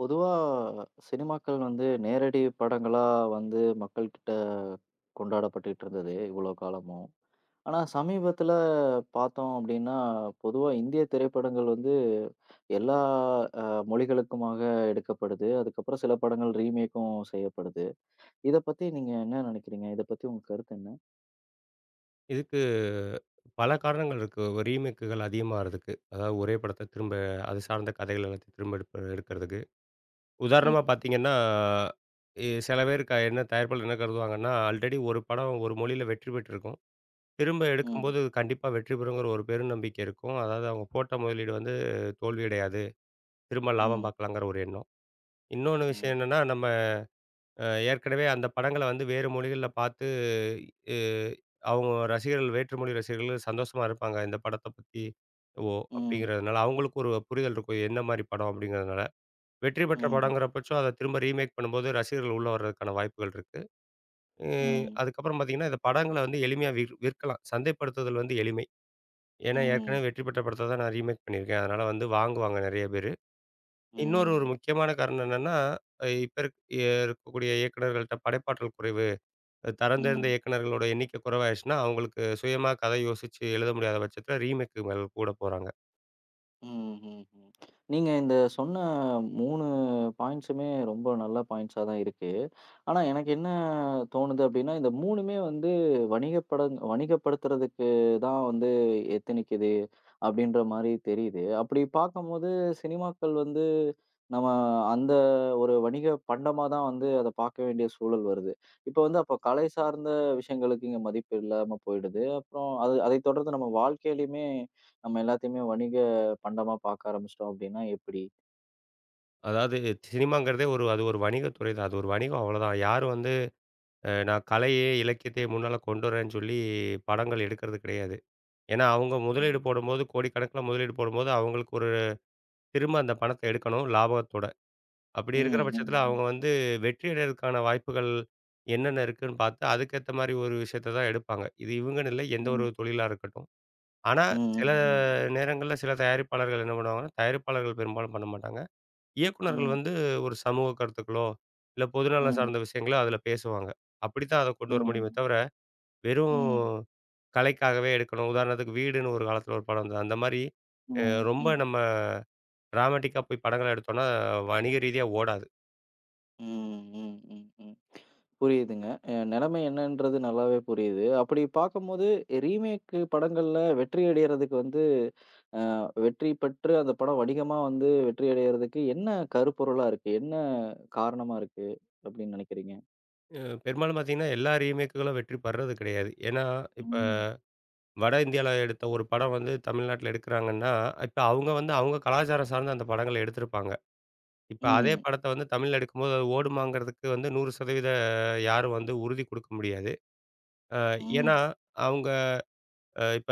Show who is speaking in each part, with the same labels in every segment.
Speaker 1: பொதுவா சினிமாக்கள் வந்து நேரடி படங்களா வந்து மக்கள்கிட்ட கொண்டாடப்பட்டுட்டு இருந்தது இவ்வளோ காலமும். ஆனா சமீபத்தில பார்த்தோம் அப்படின்னா, பொதுவா இந்திய திரைப்படங்கள் வந்து எல்லா அ மொழிகளுக்குமாக எடுக்கப்படுது. அதுக்கப்புறம் சில படங்கள் ரீமேக்கும் செய்யப்படுது. இத பத்தி நீங்க என்ன நினைக்கிறீங்க? இத பத்தி உங்க கருத்து என்ன?
Speaker 2: இதுக்கு பல காரணங்கள் இருக்கு. ரீமேக்குகள் அதிகமா வரதுக்கு. அதாவது ஒரே படத்த திரும்ப அது சார்ந்த கதைகள் எல்லாத்தையும் திரும்ப எடுக்கிறதுக்கு. உதாரணமா
Speaker 1: ம்ஹ்ம்.
Speaker 2: பார்த்தீங்கன்னா, சில பேர் என்ன தயாரிப்பாளர் என்ன கருதுவாங்கன்னா, ஆல்ரெடி ஒரு படம் ஒரு மொழியில வெற்றி பெற்றிருக்கும். திரும்ப
Speaker 1: ம்.
Speaker 2: எடுக்கும்போது கண்டிப்பா வெற்றி பெறுங்கிற ஒரு பெருநம்பிக்கை இருக்கும். அதாவது அவங்க போட்ட முதலீடு வந்து தோல்வியடையாது. திரும்ப லாபம்
Speaker 1: ம்.
Speaker 2: பார்க்கலாங்கிற ஒரு எண்ணம். இன்னொன்னு விஷயம்
Speaker 1: ம்.
Speaker 2: என்னன்னா, நம்ம ஏற்கனவே அந்த படங்கள வந்து வேறு மொழிகள்ல பார்த்து, எ அவங்க ரசிகர்கள் வேற்று மொழி ரசிகர்கள் சந்தோஷமா இருப்பாங்க. இந்த படத்த பத்தி, ஓ!
Speaker 1: ம்.
Speaker 2: அப்படிங்கிறதுனால அவங்களுக்கு ஒரு புரிதல் இருக்கும். என்ன மாரி படம் அப்படிங்கிறதுனால. வெற்றி பெற்ற
Speaker 1: ம்.
Speaker 2: படங்கிற பட்சம் அத திரும்ப ரீமேக் பண்ணும்போது ரசிகர்கள் உள்ள வர்றதுக்கான வாய்ப்புகள் இருக்கு. அ
Speaker 1: ம்.
Speaker 2: அதுக்கப்புறம் பார்த்தீங்கன்னா, இந்த படங்கள வந்து எளிமையா விற்கலாம். சந்தைப்படுத்துதல் வந்து எளிமை. ஏன்னா
Speaker 1: ம்.
Speaker 2: ஏற்கனவே வெற்றி பெற்ற படத்த தான் நான் ரீமேக் பண்ணியிருக்கேன். அதனால வந்து வாங்குவாங்க நெறைய பேரு. இன்னொரு
Speaker 1: ம்.
Speaker 2: முக்கியமான காரணம் என்னன்னா, இப்ப இருக்கக்கூடிய இயக்குனர்கள்ட்ட படைப்பாற்றல் குறைவு. அது தரம் தேர்ந்த
Speaker 1: ம்.
Speaker 2: இயக்குனர்களோட எண்ணிக்கை குறைவாயிருச்சுன்னா, அவங்களுக்கு சுயமா கதை யோசிச்சு எழுத முடியாத பட்சத்தில ரீமேக்கு மேல கூட போறாங்க.
Speaker 1: ம், ம், ம். நீங்க இந்த சொன்ன 3 பாயிண்ட்ஸுமே ரொம்ப நல்ல பாயிண்ட்ஸா தான் இருக்கு. ஆனா எனக்கு என்ன தோணுது அப்டின்னா, இந்த 3மே வந்து வணிகப்படுத்துறதுக்கு தான் வந்து எத்தனிக்குது அப்டின்ற மாரி தெரியுது. அப்டி பார்க்கும்போது சினிமாக்கள் வந்து நம்ம அந்த ஒரு வணிக பண்டமா தான் வந்து அத பார்க்க வேண்டிய சூழல் வருது. இப்ப வந்து அப்ப கலை சார்ந்த விஷயங்களுக்கு இங்க மதிப்பு இல்லாம போயிடுது. அப்புறம் அது அதைத் தொடர்ந்து நம்ம வாழ்க்கையிலயுமே நம்ம எல்லாத்தையுமே வணிக பண்டமா பார்க்க ஆரம்பிச்சிட்டோம் அப்படின்னா எப்படி?
Speaker 2: அதாவது சினிமாங்கிறதே ஒரு வணிகத் துறை தான். அது ஒரு வணிகம் அவ்வளோதான். யாரும் வந்து நான் கலையே, இலக்கியத்தையே முன்னால கொண்டு வரேன்னு சொல்லி படங்கள் எடுக்கிறது கிடையாது. ஏன்னா, அவங்க முதலீடு
Speaker 1: ம்,
Speaker 2: போடும்போது கோடிக்கணக்கில முதலீடு போடும்போது, அவங்களுக்கு ஒரு திரும்ப அந்த பணத்த எடுக்கணும் லாபத்தோட. அப்படி இருக்கிற
Speaker 1: ம்,
Speaker 2: பட்சத்தில அவங்க
Speaker 1: ம்,
Speaker 2: வந்து வெற்றி அடையறதுக்கான வாய்ப்புகள் என்னென்ன இருக்குன்னு பார்த்து, அதுக்கேத்த மாரி ஒரு விஷயத்த தான் எடுப்பாங்க. இது இவங்கன்னு இல்ல, எந்த ஒரு
Speaker 1: ம்,
Speaker 2: தொழிலா இருக்கட்டும். ஆனா,
Speaker 1: ம்,
Speaker 2: சில
Speaker 1: ம்,
Speaker 2: நேரங்கள்ல சில தயாரிப்பாளர்கள் என்ன பண்ணுவாங்கன்னா, தயாரிப்பாளர்கள் பெரும்பாலும் பண்ண மாட்டாங்க. இயக்குனர்கள்
Speaker 1: ம்,
Speaker 2: வந்து ஒரு சமூக கருத்துக்களோ, இல்ல பொதுநலம்
Speaker 1: ம்,
Speaker 2: சார்ந்த விஷயங்களோ அதில பேசுவாங்க. அப்படித்தான் அத கொண்டு
Speaker 1: ம்,
Speaker 2: வர முடியுமே
Speaker 1: ம்,
Speaker 2: தவிர, வெறும்
Speaker 1: ம்,
Speaker 2: கலைக்காகவே எடுக்கணும். உதாரணத்துக்கு வீடுன்னு ஒரு காலத்தில ஒரு படம் வந்தது. அந்த மாரி அ ரொம்ப
Speaker 1: ம்,
Speaker 2: நம்ம டிராமேட்டிக்கா போய் படங்கள எடுத்தோம்னா, வணிக ரீதியா ஓடாது.
Speaker 1: ம், ம். ம். புரியுதுங்க. நிலைமை என்னன்றது நல்லாவே புரியுது. அப்படி பார்க்கும்போது ரீமேக் படங்கள்ல வெற்றி அடையறதுக்கு வந்து அ வெற்றி பெற்று அந்த படம் வணிகமா வந்து வெற்றி அடையறதுக்கு என்ன கருப்பொருளா இருக்கு? என்ன காரணமா இருக்கு அப்படின்னு நினைக்கிறீங்க?
Speaker 2: பெரும்பாலும் பார்த்தீங்கன்னா, எல்லா ரீமேக்குகளும் வெற்றி பெறது கிடையாது. ஏன்னா, இப்ப
Speaker 1: ம்,
Speaker 2: வட இந்தியால எடுத்த ஒரு படம் வந்து தமிழ்நாட்டில எடுக்கிறாங்கன்னா, இப்ப அவங்க வந்து அவங்க கலாச்சாரம் சார்ந்த அந்த படங்கள எடுத்திருப்பாங்க. இப்ப அதே
Speaker 1: ம்,
Speaker 2: படத்த வந்து தமிழ்ல எடுக்கும்போது, அது ஓடுமாங்கிறதுக்கு வந்து 100% யாரும் வந்து உறுதி குடுக்க முடியாது. அ ஏன்னா,
Speaker 1: ம்,
Speaker 2: அவங்க இப்ப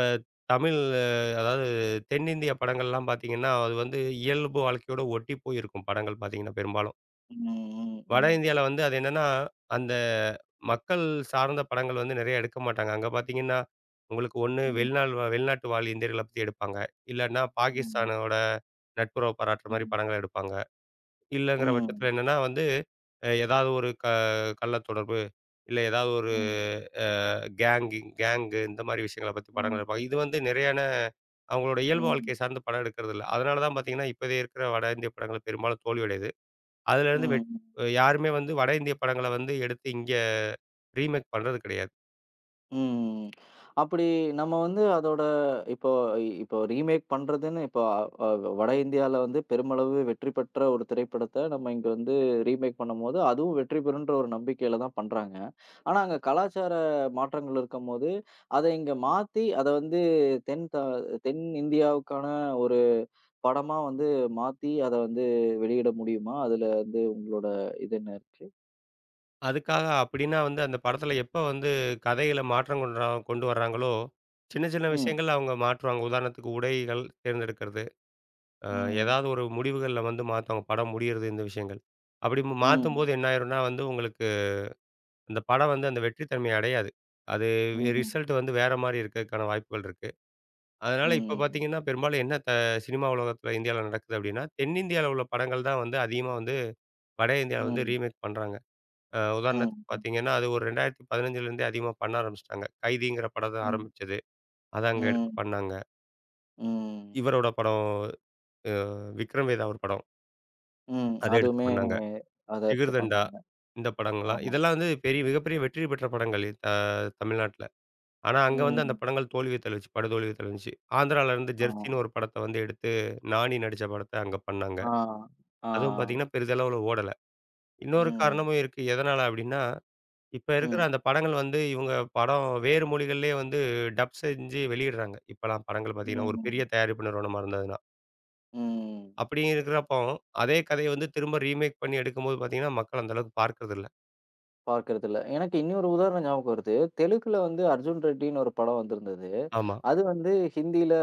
Speaker 2: தமிழ் அதாவது தென்னிந்திய படங்கள்லாம் பார்த்தீங்கன்னா, அது வந்து இயல்பு வாழ்க்கையோட ஒட்டி போயிருக்கும் படங்கள் பார்த்தீங்கன்னா பெரும்பாலும்.
Speaker 1: ம், ம்,
Speaker 2: வட
Speaker 1: ம்,
Speaker 2: இந்தியால வந்து அது என்னன்னா, அந்த மக்கள் சார்ந்த படங்கள் வந்து நெறைய எடுக்க மாட்டாங்க. அங்க பார்த்தீங்கன்னா, உங்களுக்கு ஒண்ணு
Speaker 1: ம்,
Speaker 2: வெளிநாட்டு வாழ் இந்தியர்கள பத்தி எடுப்பாங்க. இல்லன்னா
Speaker 1: ம்,
Speaker 2: பாகிஸ்தானோட நட்புறவு பாராட்டுற மாரி
Speaker 1: ம்.
Speaker 2: படங்கள் எடுப்பாங்க. இல்லங்கிற
Speaker 1: ம்.
Speaker 2: பட்சத்தில என்னன்னா வந்து, ஏதாவது ஒரு கள்ள தொடர்பு, இல்ல ஏதாவது ஒரு
Speaker 1: ம்.
Speaker 2: அ கேங்கு இந்த மாரி விஷயங்கள பத்தி படங்கள்
Speaker 1: ம்.
Speaker 2: எடுப்பாங்க. இது வந்து நிறையான அவங்களோட இயல்பு
Speaker 1: ம்.
Speaker 2: வாழ்க்கைய சார்ந்து படம் எடுக்கிறதில்ல. அதனால தான் பார்த்தீங்கன்னா, இப்போதைய இருக்கிற வட இந்திய படங்கள் பெரும்பாலும் தோல்வியடையுது. அதிலேருந்து வெட்
Speaker 1: ம்.
Speaker 2: யாருமே வந்து வட இந்திய படங்கள வந்து எடுத்து இங்க ரீமேக் பண்றது கிடையாது.
Speaker 1: ம். அப்படி நம்ம வந்து அதோட இப்போ இப்போ ரீமேக் பண்றதுன்னு இப்போ அ வட இந்தியால வந்து பெருமளவு வெற்றி பெற்ற ஒரு திரைப்படத்த நம்ம இங்க வந்து ரீமேக் பண்ணும்போது, அதுவும் வெற்றி பெறும்ன்ற ஒரு நம்பிக்கையில தான் பண்றாங்க. ஆனா, அங்க கலாச்சார மாற்றங்கள் இருக்கும்போது, அத இங்க மாத்தி அத வந்து தென் த தென் இந்தியாவுக்கான ஒரு படமா வந்து மாத்தி அத வந்து வெளியிட முடியுமா? அதுல வந்து உங்களோட இது என்ன இருக்கு?
Speaker 2: அதுக்காக அப்படின்னா வந்து அந்த படத்தில எப்ப வந்து கதைகள மாற்றம் கொண்டு வர்றாங்களோ, சின்ன சின்ன
Speaker 1: ம்.
Speaker 2: விஷயங்கள்ல அவங்க மாற்றுவாங்க. உதாரணத்துக்கு உடைகள் தேர்ந்தெடுக்கிறது. அ
Speaker 1: ம்.
Speaker 2: ஏதாவது ஒரு முடிவுகள்ல வந்து மாத்துவாங்க. படம் முடியிறது இந்த விஷயங்கள். அப்படி
Speaker 1: ம்,
Speaker 2: மாத்தும்போது என்ன ஆயிரும்னா வந்து உங்களுக்கு அந்த படம் வந்து அந்த வெற்றி தன்மைய அடையாது. அது
Speaker 1: ம்,
Speaker 2: ரிசல்ட் வந்து வேற மாரி இருக்கிறதுக்கான வாய்ப்புகள் இருக்கு. அதனால இப்ப
Speaker 1: ம்,
Speaker 2: பார்த்தீங்கன்னா, பெரும்பாலும் என்ன சினிமா உலகத்தில இந்தியால நடக்குது அப்படின்னா, தென்னிந்தியால உள்ள படங்கள் தான் வந்து அதிகமா வந்து வட இந்தியால வந்து
Speaker 1: ம்,
Speaker 2: ரீமேக் பண்றாங்க.
Speaker 1: ம்,
Speaker 2: உதாரணத்துக்கு பார்த்தீங்கன்னா, அது ஒரு 2015லேருந்தே அதிகமா பண்ண ஆரம்பிச்சுட்டாங்க. கைதிங்கிற படம் தான்
Speaker 1: ம்,
Speaker 2: ஆரம்பிச்சது. அத அங்க எடுத்து
Speaker 1: ம்,
Speaker 2: பண்ணாங்க.
Speaker 1: ம்,
Speaker 2: இவரோட படம் அ விக்ரம் வேதா ஒரு படம்.
Speaker 1: ம்.
Speaker 2: அத எடுத்து
Speaker 1: அதுவுமே
Speaker 2: பண்ணாங்க.
Speaker 1: அத எடுத்து
Speaker 2: ஜிகர்தண்டா
Speaker 1: பண்ணாங்க.
Speaker 2: இந்த படங்கள்லாம்.
Speaker 1: ஆமா.
Speaker 2: இதெல்லாம் வந்து பெரிய மிகப்பெரிய வெற்றி பெற்ற படங்கள் தமிழ்நாட்ல. ஆனா, அங்க வந்து அந்த
Speaker 1: ம்.
Speaker 2: படங்கள் தோல்விய தழுவிச்சு, படுதோல்விய தழுவிச்சு. ஆந்திரால இருந்து
Speaker 1: ஆமா.
Speaker 2: ஜெர்சின்னு ஒரு படத்த வந்து எடுத்து, நானி நடிச்ச படத்த அங்க பண்ணாங்க.
Speaker 1: ஆ, ஆ.
Speaker 2: அதுவும் பார்த்தீங்கன்னா, பெரிதளவுல ஓடல. இன்னொரு
Speaker 1: ம்,
Speaker 2: காரணமும் இருக்கு. எதனால அப்டின்னா, இப்ப இருக்கிற
Speaker 1: ம்,
Speaker 2: அந்த படங்கள் வந்து இவங்க படம் வேறு மொழிகள்லயே வந்து டப் செஞ்சு வெளியிடுறாங்க. இப்பலாம் படங்கள் பார்த்தீங்கன்னா, ஒரு பெரிய
Speaker 1: ம்,
Speaker 2: தயாரிப்பு நிறுவனமா இருந்ததுன்னா.
Speaker 1: ம்.
Speaker 2: அப்படி இருக்கிறப்போ, அதே கதைய வந்து திரும்ப ரீமேக் பண்ணி எடுக்கும்போது பார்த்தீங்கன்னா, மக்கள் அந்த அளவுக்கு பார்க்கறதில்ல.
Speaker 1: பார்க்கறதில்ல. எனக்கு இன்னொரு உதாரணம் ஞாபகம் வருது. தெலுங்குல வந்து அர்ஜுன் ரெட்டின்னு ஒரு படம் வந்திருந்தது.
Speaker 2: ஆமா,
Speaker 1: அது வந்து ஹிந்தியில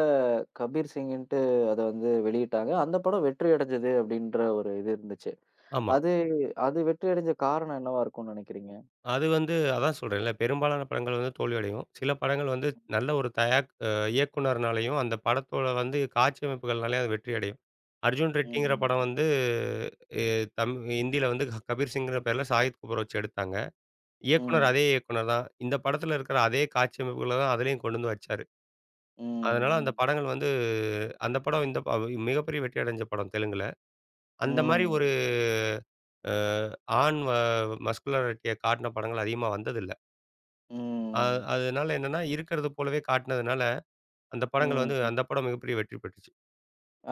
Speaker 1: கபீர் சிங்குன்ட்டு அத வந்து வெளியிட்டாங்க. அந்த படம் வெற்றி அடைஞ்சது அப்படின்ற ஒரு இது இருந்துச்சு.
Speaker 2: ஆமா.
Speaker 1: அது அது வெற்றி அடைஞ்ச காரணம் என்னவா இருக்கும்னு நினைக்கிறீங்க?
Speaker 2: அது வந்து அதான் சொல்றேன்ல, பெரும்பாலான படங்கள் வந்து தோல்வியடையும். சில படங்கள் வந்து நல்ல ஒரு தயாக் அ இயக்குனர்னாலயும், அந்த படத்தோட வந்து காட்சி அமைப்புகள்னாலயும் அது வெற்றி அடையும். அர்ஜுன் ரெட்டிங்கிற படம்
Speaker 1: ம்.
Speaker 2: வந்து எ தம் ஹிந்தியில வந்து கபீர் சிங்குங்கிற பேர்ல சாகித் கபூர வச்சு எடுத்தாங்க. இயக்குனர்
Speaker 1: ம்.
Speaker 2: அதே இயக்குனர் தான். இந்த படத்துல இருக்கிற அதே காட்சி அமைப்புகள தான் அதுலயும் கொண்டு வந்து வச்சாரு.
Speaker 1: ம்.
Speaker 2: அதனால அந்த
Speaker 1: ம்.
Speaker 2: படங்கள் வந்து அந்த படம் இந்த ப மிகப்பெரிய வெற்றி அடைஞ்ச படம் தெலுங்குல.
Speaker 1: ம்.
Speaker 2: அந்த மாரி ஒரு
Speaker 1: ம்.
Speaker 2: அ ஆண் வ மஸ்குலரிட்டிய காட்டின படங்கள் அதிகமா வந்ததில்ல. அ
Speaker 1: ம்.
Speaker 2: அதனால என்னன்னா, இருக்கிறது போலவே காட்டுனதுனால, அந்த படங்கள்
Speaker 1: ம்.
Speaker 2: வந்து அந்த படம் மிகப்பெரிய வெற்றி பெற்றுச்சு.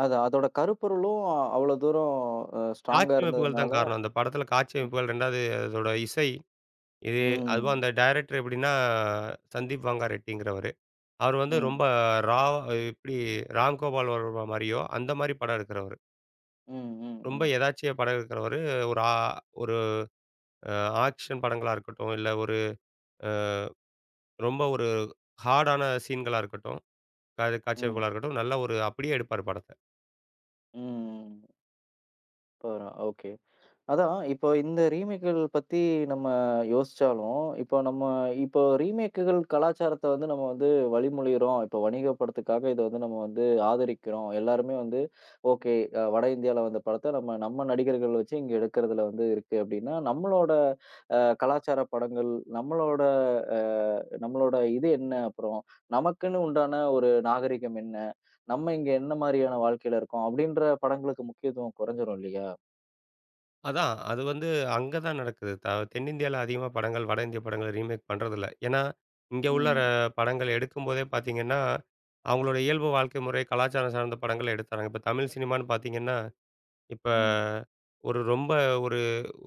Speaker 1: அதான் அதோட கருப்பொருளும் அவ்ளோ தூரம் ஸ்ட்ராங்கா
Speaker 2: காட்சி அமைப்புகள் தான்
Speaker 1: இருந்ததுனால
Speaker 2: காரணம். அந்த படத்தில காட்சி அமைப்புகள் 2வது அதோட இசை, இது அதுவும்
Speaker 1: ம்.
Speaker 2: அந்த டைரக்டர் எப்படின்னா, சந்தீப் வாங்கா ரெட்டிங்கிறவரு. அவர் வந்து ரொம்ப
Speaker 1: ம்.
Speaker 2: ராவா எப்படி ராம்கோபால் வர்மா மாரியோ, அந்த மாரி படம் எடுக்கிறவரு.
Speaker 1: ம். ம்.
Speaker 2: ரொம்ப
Speaker 1: ம்.
Speaker 2: எதார்ச்சியா படம் எடுக்கிறவரு. ஒரு ஆ ஒரு அ ஆக்ஷன் படங்களா இருக்கட்டும், இல்ல ஒரு அ ரொம்ப ஒரு ஹார்டான சீன்களா இருக்கட்டும், காட்சி
Speaker 1: ம்.
Speaker 2: அமைப்புகளா இருக்கட்டும், நல்ல ஒரு அப்படியே எடுப்பாரு படத்த.
Speaker 1: ம். பரவா- ஓகே. அதான். இப்போ இந்த ரீமேக்குகள் பத்தி நம்ம யோசிச்சாலும், இப்போ நம்ம இப்போ ரீமேக்குகள் கலாச்சாரத்த வந்து நம்ம வந்து வழிமொழியிறோம். இப்போ வணிக படத்துக்காக இத வந்து நம்ம வந்து ஆதரிக்கிறோம். எல்லாருமே வந்து ஓகே வட இந்தியால வந்த படத்த நம்ம நம்ம நடிகர்கள் வச்சு இங்க எடுக்கிறதுல வந்து இருக்கு அப்டின்னா, நம்மளோட கலாச்சார படங்கள், நம்மளோட அ நம்மளோட இது என்ன அப்புறம்? நமக்குன்னு உண்டான ஒரு நாகரிகம் என்ன? நம்ம இங்க என்ன மாரியான வாழ்க்கையில இருக்கோம்? அப்டின்ற படங்களுக்கு முக்கியத்துவம் குறைஞ்சிரும் இல்லையா?
Speaker 2: அதான். அது வந்து அங்க தான் நடக்குது. தென்னிந்தியால அதிகமா படங்கள் வட இந்திய படங்கள ரீமேக் பண்றதில்ல. ஏன்னா, இங்க உள்ள
Speaker 1: ம்,
Speaker 2: படங்கள் எடுக்கும்போதே பார்த்தீங்கன்னா, அவங்களோட இயல்பு வாழ்க்கை முறை, கலாச்சாரம் சார்ந்த படங்கள எடுத்தாங்க. இப்ப தமிழ் சினிமான்னு பார்த்தீங்கன்னா, இப்ப
Speaker 1: ம்.
Speaker 2: ஒரு ரொம்ப ஒரு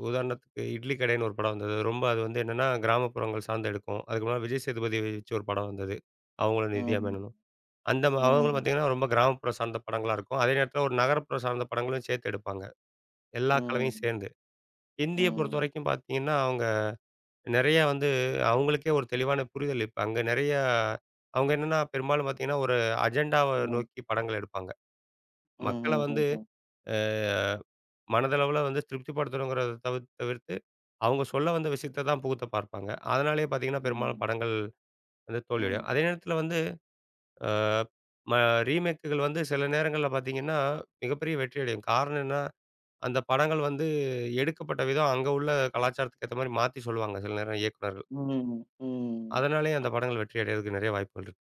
Speaker 2: உதாரணத்துக்கு இட்லி கடைன்னு ஒரு படம் வந்தது. ரொம்ப அது வந்து என்னன்னா, கிராமப்புறங்கள் சார்ந்து எடுக்கும். அதுக்கு முன்னால விஜய் சேதுபதி வச்சு ஒரு படம் வந்தது. அவங்களும் நித்யா
Speaker 1: హ్మ్.
Speaker 2: மேனனும். அந்த ம அவங்களும்
Speaker 1: హ్మ్.
Speaker 2: பார்த்தீங்கன்னா, ரொம்ப கிராமப்புறம் சார்ந்த படங்களா இருக்கும். அதே நேரத்தில ஒரு நகரப்புறம் சார்ந்த படங்களும் சேர்த்து எடுப்பாங்க. எல்லா
Speaker 1: హ్మ్.
Speaker 2: கலவையும் சேர்ந்து. இந்திய
Speaker 1: హ్మ్.
Speaker 2: பொறுத்தவரைக்கும் பார்த்தீங்கன்னா, அவங்க நெறையா வந்து அவங்களுக்கே ஒரு தெளிவான புரிதல் இப்ப அங்க நெறையா அவங்க என்னன்னா பெரும்பாலும் பார்த்தீங்கன்னா, ஒரு அஜெண்டாவ
Speaker 1: హ్మ్.
Speaker 2: நோக்கி படங்கள் எடுப்பாங்க. மக்கள வந்து
Speaker 1: ஹுஹுஹுஹு.
Speaker 2: அ மனதளவுல வந்து திருப்திப்படுத்தணுங்கிறத தவிர்த்து, அவங்க சொல்ல வந்த விஷயத்த தான் புகுத்த பார்ப்பாங்க. அதனாலேயே பார்த்தீங்கன்னா, பெரும்பாலும்
Speaker 1: ம்.
Speaker 2: படங்கள் வந்து தோல்வியடையும்.
Speaker 1: ம்.
Speaker 2: அதே நேரத்தில வந்து அ ம ரீமேக்குகள் வந்து சில நேரங்கள்ல பார்த்தீங்கன்னா, மிகப்பெரிய வெற்றி அடையும். காரணம் என்னன்னா, அந்த படங்கள் வந்து எடுக்கப்பட்ட விதம் அங்க உள்ள கலாச்சாரத்துக்கு ஏத்த மாரி மாத்தி சொல்லுவாங்க சில நேரம் இயக்குனர்கள்.
Speaker 1: ம். ம். ம், ம், ம்.
Speaker 2: அதனாலேயே அந்த படங்கள் வெற்றி அடையறதுக்கு நெறைய வாய்ப்புகள் இருக்கு.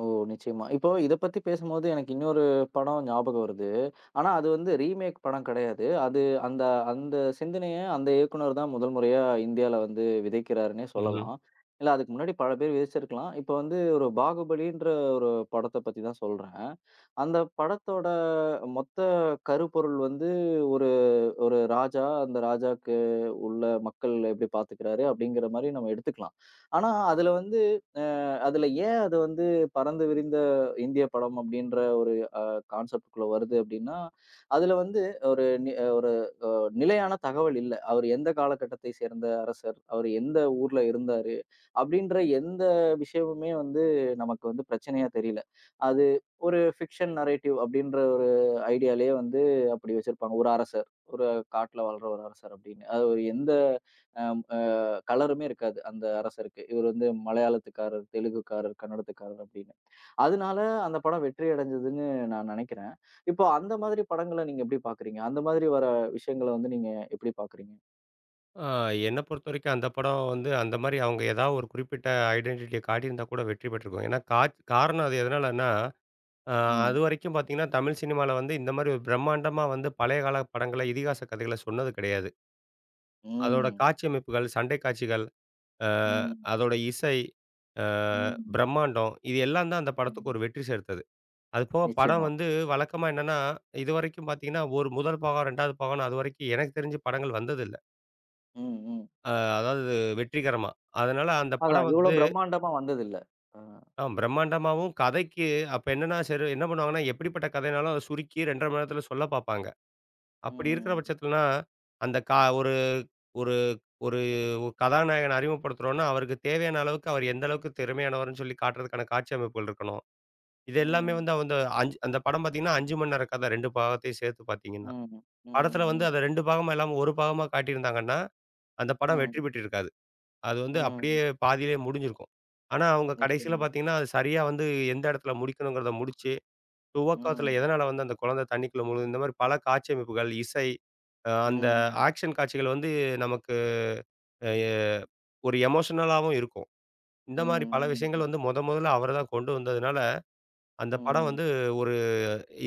Speaker 1: ஓ! நிச்சயமா. இப்போ இத பத்தி பேசும்போது எனக்கு இன்னொரு படம் ஞாபகம் வருது. ஆனா அது வந்து ரீமேக் படம் கிடையாது. அது அந்த அந்த சிந்தனைய அந்த இயக்குனர் தான் முதல் முறையா இந்தியால வந்து விதைக்கிறாருன்னே
Speaker 2: ம்ஹ்ம்.
Speaker 1: சொல்லலாம். இல்ல அதுக்கு முன்னாடி பல பேர் விதைச்சிருக்கலாம். இப்ப வந்து ஒரு பாகுபலின்ற ஒரு படத்த பத்தி தான் சொல்றேன். அந்த படத்தோட மொத்த கருப்பொருள் வந்து ஒரு ஒரு ராஜா, அந்த ராஜாக்கு உள்ள மக்கள் எப்படி பார்த்துக்கிறாரு அப்படிங்கிற மாரி நம்ம எடுத்துக்கலாம். ஆனா, அதுல வந்து அ அதுல ஏன் அது வந்து பரந்து விரிந்த இந்திய படம் அப்படின்ற ஒரு கான்செப்ட் குள்ள வருது அப்படின்னா, அதுல வந்து ஒரு நி நிலையான தகவல் இல்ல. அவர் எந்த காலகட்டத்தை சேர்ந்த அரசர், அவர் எந்த ஊர்ல இருந்தாரு, அப்படின்ற எந்த விஷயமுமே வந்து நமக்கு வந்து பிரச்சனையா தெரியல. அது ஒரு ஃபிக்ஷன் நரேட்டிவ் அப்படின்ற ஒரு ஐடியாலயே வந்து அப்படி வச்சிருப்பாங்க. ஒரு அரசர், ஒரு காட்டுல வாழ்ற ஒரு அரசர் அப்படின்னு. அது ஒரு எந்த அம் அ கலருமே இருக்காது அந்த அரசருக்கு. இவர் வந்து மலையாளத்துக்காரர், தெலுங்குக்காரர், கன்னடத்துக்காரர் அப்படின்னு. அதனால அந்த படம் வெற்றி அடைஞ்சதுன்னு நான் நெனைக்கிறேன். இப்போ அந்த மாதிரி படங்கள நீங்க எப்படி பார்க்குறீங்க? அந்த மாதிரி வர விஷயங்கள வந்து நீங்க எப்படி பார்க்குறீங்க?
Speaker 2: ஆ என்ன பொறுத்தவரைக்கும் அந்த படம் வந்து அந்த மாரி அவங்க ஏதாவது ஒரு குறிப்பிட்ட ஐடென்டிட்டிய காட்டியிருந்தா கூட வெற்றி பெற்றிருக்கும். ஏன்னா காரணம் அது எதனாலன்னா, அ
Speaker 1: ம்.
Speaker 2: அதுவரைக்கும் பார்த்தீங்கன்னா, தமிழ் சினிமால வந்து இந்த மாரி ஒரு பிரம்மாண்டமா வந்து பழைய கால படங்கள, இதிகாச கதைகள சொன்னது கிடையாது. அதோட
Speaker 1: ம்.
Speaker 2: காட்சி அமைப்புகள், சண்டை காட்சிகள், அ
Speaker 1: ம்.
Speaker 2: அதோட இசை, அ
Speaker 1: ம்.
Speaker 2: பிரம்மாண்டம் இது எல்லாம் தான் அந்த படத்துக்கு
Speaker 1: ம்.
Speaker 2: ஒரு வெற்றி சேர்த்தது. அது போக படம்
Speaker 1: நிச்சயமா.
Speaker 2: வந்து வழக்கமா என்னன்னா, இதுவரைக்கும் பார்த்தீங்கன்னா, ஒரு முதல் பாகம், 2வது பாகம்ன்னு அதுவரைக்கும் எனக்கு தெரிஞ்சு படங்கள் வந்ததில்ல.
Speaker 1: ம். ம்.
Speaker 2: அ அதாவது வெற்றிகரமா. அதனால அந்த படம்
Speaker 1: அதான் இவ்ளோ
Speaker 2: வந்து
Speaker 1: பிரம்மாண்டமா வந்ததில்ல. அ.
Speaker 2: பிரம்மாண்டமாவும் கதைக்கு அப்ப என்னன்னா, சரி என்ன பண்ணுவாங்கன்னா, எப்படிப்பட்ட கதைனாலும் அத சுருக்கி 2 1/2 மணி நேரத்தில சொல்ல பார்ப்பாங்க. அப்படி இருக்கிற
Speaker 1: ம்.
Speaker 2: பட்சத்துலனா, அந்த கா ஒரு ஒரு ஒரு கதாநாயகன அறிமுகப்படுத்துறோம்னா, அவருக்கு தேவையான அளவுக்கு அவர் எந்த அளவுக்கு திறமையானவர்ன்னு சொல்லி காட்டுறதுக்கான காட்சி அமைப்புகள் இருக்கணும். இது எல்லாமே
Speaker 1: ம்.
Speaker 2: வந்து அந்த படம் பார்த்தீங்கன்னா, 5 மணி நேர கதை 2 பாகத்தையும் சேர்த்து பார்த்தீங்கன்னா.
Speaker 1: ம். ம்.
Speaker 2: படத்துல வந்து
Speaker 1: ம்.
Speaker 2: அத 2 பாகமா இல்லாம 1 பாகமா காட்டியிருந்தாங்கன்னா, அந்த படம் வெற்றி
Speaker 1: ம்.
Speaker 2: பெற்றிருக்காது. அது வந்து அப்படியே
Speaker 1: ம்.
Speaker 2: பாதியிலேயே முடிஞ்சிருக்கும். ஆனா, அவங்க கடைசியில
Speaker 1: நிச்சயமா.
Speaker 2: பார்த்தீங்கன்னா, அது சரியா வந்து எந்த இடத்துல முடிக்கணுங்கிறத முடிச்சு, துவக்கத்துல
Speaker 1: ம்.
Speaker 2: எதனால வந்து அந்த குழந்தை தண்ணிக்குள்ள முழுகுது, இந்த மாரி பல காட்சியமைப்புகள், இசை, அந்த
Speaker 1: ம்.
Speaker 2: ஆக்ஷன் காட்சிகள் வந்து நமக்கு எ ஒரு எமோஷனலாவும் இருக்கும். இந்த மாரி பல
Speaker 1: ம்.
Speaker 2: விஷயங்கள்
Speaker 1: ம்.
Speaker 2: வந்து மொதல்ல அவர் தான் கொண்டு வந்ததுனால, அந்த படம்
Speaker 1: ம்.
Speaker 2: வந்து ஒரு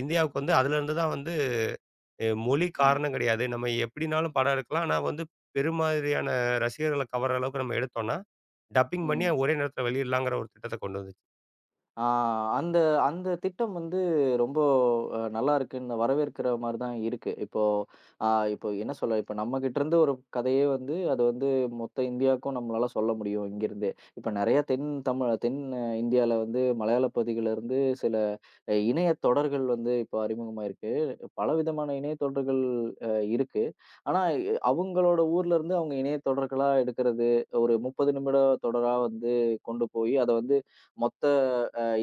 Speaker 2: இந்தியாவுக்கு வந்து அதிலிருந்து தான் வந்து மொழி
Speaker 1: ம்.
Speaker 2: காரணம் கிடையாது. நம்ம எப்படினாலும் படம் எடுக்கலாம். ஆனா வந்து பெருமாதிரியான ரசிகர்கள கவர்ற அளவுக்கு நம்ம எடுத்தோம்னா, டப்பிங் பண்ணி
Speaker 1: ம்.
Speaker 2: ஒரே நேரத்தில வெளியிடலாங்கிற ஒரு திட்டத்த கொண்டு வந்துச்சு.
Speaker 1: ஆ அந்த அந்த திட்டம் வந்து ரொம்ப நல்லா இருக்குன்னு வரவேற்கிற மாரி தான் இருக்கு. இப்போ அ இப்போ என்ன சொல்ல, இப்போ நம்மகிட்ட இருந்து ஒரு கதையே வந்து அது வந்து மொத்த இந்தியாவுக்கும் நம்மளால சொல்ல முடியும் இங்கிருந்தே. இப்ப நெறைய தென் தமிழ் தென் இந்தியால வந்து மலையாள பகுதிகள்ல இருந்து சில இணைய தொடர்கள் வந்து இப்போ அறிமுகமாயிருக்கு. பலவிதமான இணைய தொடர்கள் அ இருக்கு. ஆனா அவங்களோட ஊர்ல இருந்து அவங்க இணைய தொடர்களா எடுக்கிறது, ஒரு 30 நிமிட தொடரா வந்து கொண்டு போய் அத வந்து மொத்த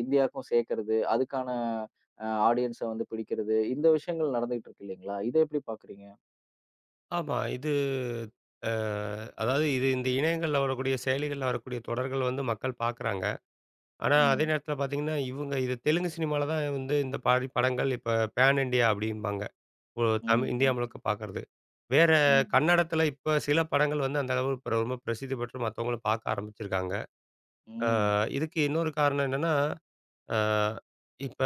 Speaker 1: இந்தியாவுக்கும் சேர்க்கறது, அதுக்கான ஆடியன்ஸ வந்து பிடிக்கிறது, இந்த விஷயங்கள் நடந்துகிட்டு இருக்கு இல்லைங்களா? இத எப்படி பார்க்குறீங்க?
Speaker 2: ஆமா. இது அ அதாவது இது இந்த இணையங்கள்ல வரக்கூடிய செயலிகள்ல வரக்கூடிய தொடர்கள் வந்து மக்கள் பார்க்குறாங்க. ஆனா அதே
Speaker 1: ம்.
Speaker 2: நேரத்தில பார்த்தீங்கன்னா, இவங்க இது தெலுங்கு சினிமால தான் வந்து இந்த பாதி படங்கள் இப்ப பேன் இண்டியா அப்படிம்பாங்க. ஒ தமிழ் இந்தியா
Speaker 1: ம்.
Speaker 2: முழுக்க பார்க்கறது. வேற
Speaker 1: ம்.
Speaker 2: கன்னடத்தில இப்ப சில படங்கள் வந்து அந்த அளவு இப்ப ரொம்ப பிரசித்தி பெற்று மத்தவங்களும் பார்க்க ஆரம்பிச்சிருக்காங்க. ஆ
Speaker 1: ம்.
Speaker 2: இதுக்கு இன்னொரு காரணம் என்னன்னா, ஆ இப்ப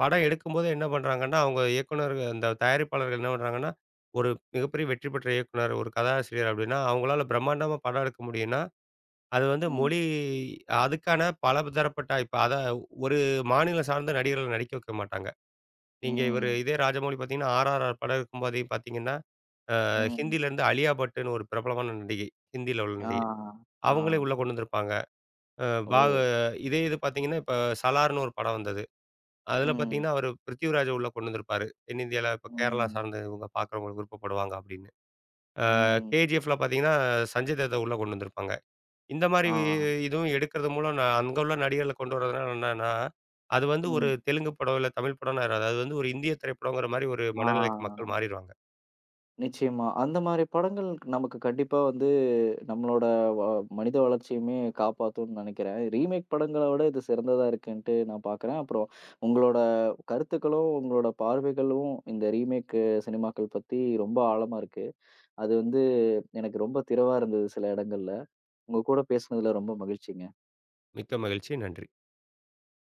Speaker 2: படம் எடுக்கும்போது என்ன பண்றாங்கன்னா, அவங்க இயக்குனர்கள் அந்த தயாரிப்பாளர்கள் என்ன பண்றாங்கன்னா, ஒரு மிகப்பெரிய வெற்றி பெற்ற இயக்குனர், ஒரு கதாசிரியர் அப்படின்னா, அவங்களால பிரம்மாண்டமா படம் எடுக்க முடியும்னா, அது வந்து
Speaker 1: ம்.
Speaker 2: மொழி அதுக்கான பலதரப்பட்ட இப்ப அத ஒரு மாநிலம் சார்ந்த நடிகர்கள நடிக்க வைக்க மாட்டாங்க. நீங்க இவரு
Speaker 1: ம்.
Speaker 2: இதே ராஜமௌழி பார்த்தீங்கன்னா, RRR படம் இருக்கும்போதே பார்த்தீங்கன்னா,
Speaker 1: ம்.
Speaker 2: ஹிந்தியிலேருந்து அலியா பட்டுன்னு ஒரு பிரபலமான நடிகை, ஹிந்தியில உள்ள
Speaker 1: ஆ.
Speaker 2: நடிகை.
Speaker 1: ஆ.
Speaker 2: அவங்களே உள்ள கொண்டு வந்திருப்பாங்க. அ
Speaker 1: ஓ!
Speaker 2: பாக இதே இது பார்த்தீங்கன்னா, இப்ப சலார்ன்னு ஒரு படம் வந்தது. அதில
Speaker 1: ம்.
Speaker 2: பார்த்தீங்கன்னா, அவரு பிருத்திவிராஜ உள்ள கொண்டு வந்திருப்பாரு. தென்னிந்தியால இப்ப கேரளா
Speaker 1: ம்.
Speaker 2: சார்ந்த இவங்க பார்க்குறவங்களுக்கு விருப்பப்படுவாங்க அப்படின்னு.
Speaker 1: ம்.
Speaker 2: KGFல பார்த்தீங்கன்னா, சஞ்சய் தத்த உள்ள கொண்டு வந்திருப்பாங்க. இந்த மாரி
Speaker 1: ஆ.
Speaker 2: இதுவும் எடுக்கிறது மூலம் நான் அங்க உள்ள நடிகர்கள கொண்டு வரதுனால என்னன்னா, அது வந்து ஒரு
Speaker 1: ம்.
Speaker 2: தெலுங்கு படம், இல்ல தமிழ் படம்ன்னு ஆயிராது. அது வந்து ஒரு இந்திய திரைப்படங்கிற மாரி ஒரு மனநிலைக்கு மக்கள்
Speaker 1: ஆ.
Speaker 2: மாறிருவாங்க.
Speaker 1: நிச்சயமா. அந்த மாரி படங்கள் நமக்கு கண்டிப்பா வந்து நம்மளோட வ மனித வளர்ச்சியுமே காப்பாத்தும்னு நினைக்கிறேன். ரீமேக் படங்கள விட இது சிறந்ததா இருக்குன்ட்டு நான் பார்க்குறேன். அப்புறம் உங்களோட கருத்துக்களும், உங்களோட பார்வைகளும் இந்த ரீமேக் சினிமாக்கள் பத்தி ரொம்ப ஆழமா இருக்கு. அது வந்து எனக்கு ரொம்ப திரவா இருந்தது சில இடங்கள்ல. உங்க கூட பேசுனதுல ரொம்ப மகிழ்ச்சிங்க.
Speaker 2: மிக்க மகிழ்ச்சி. நன்றி.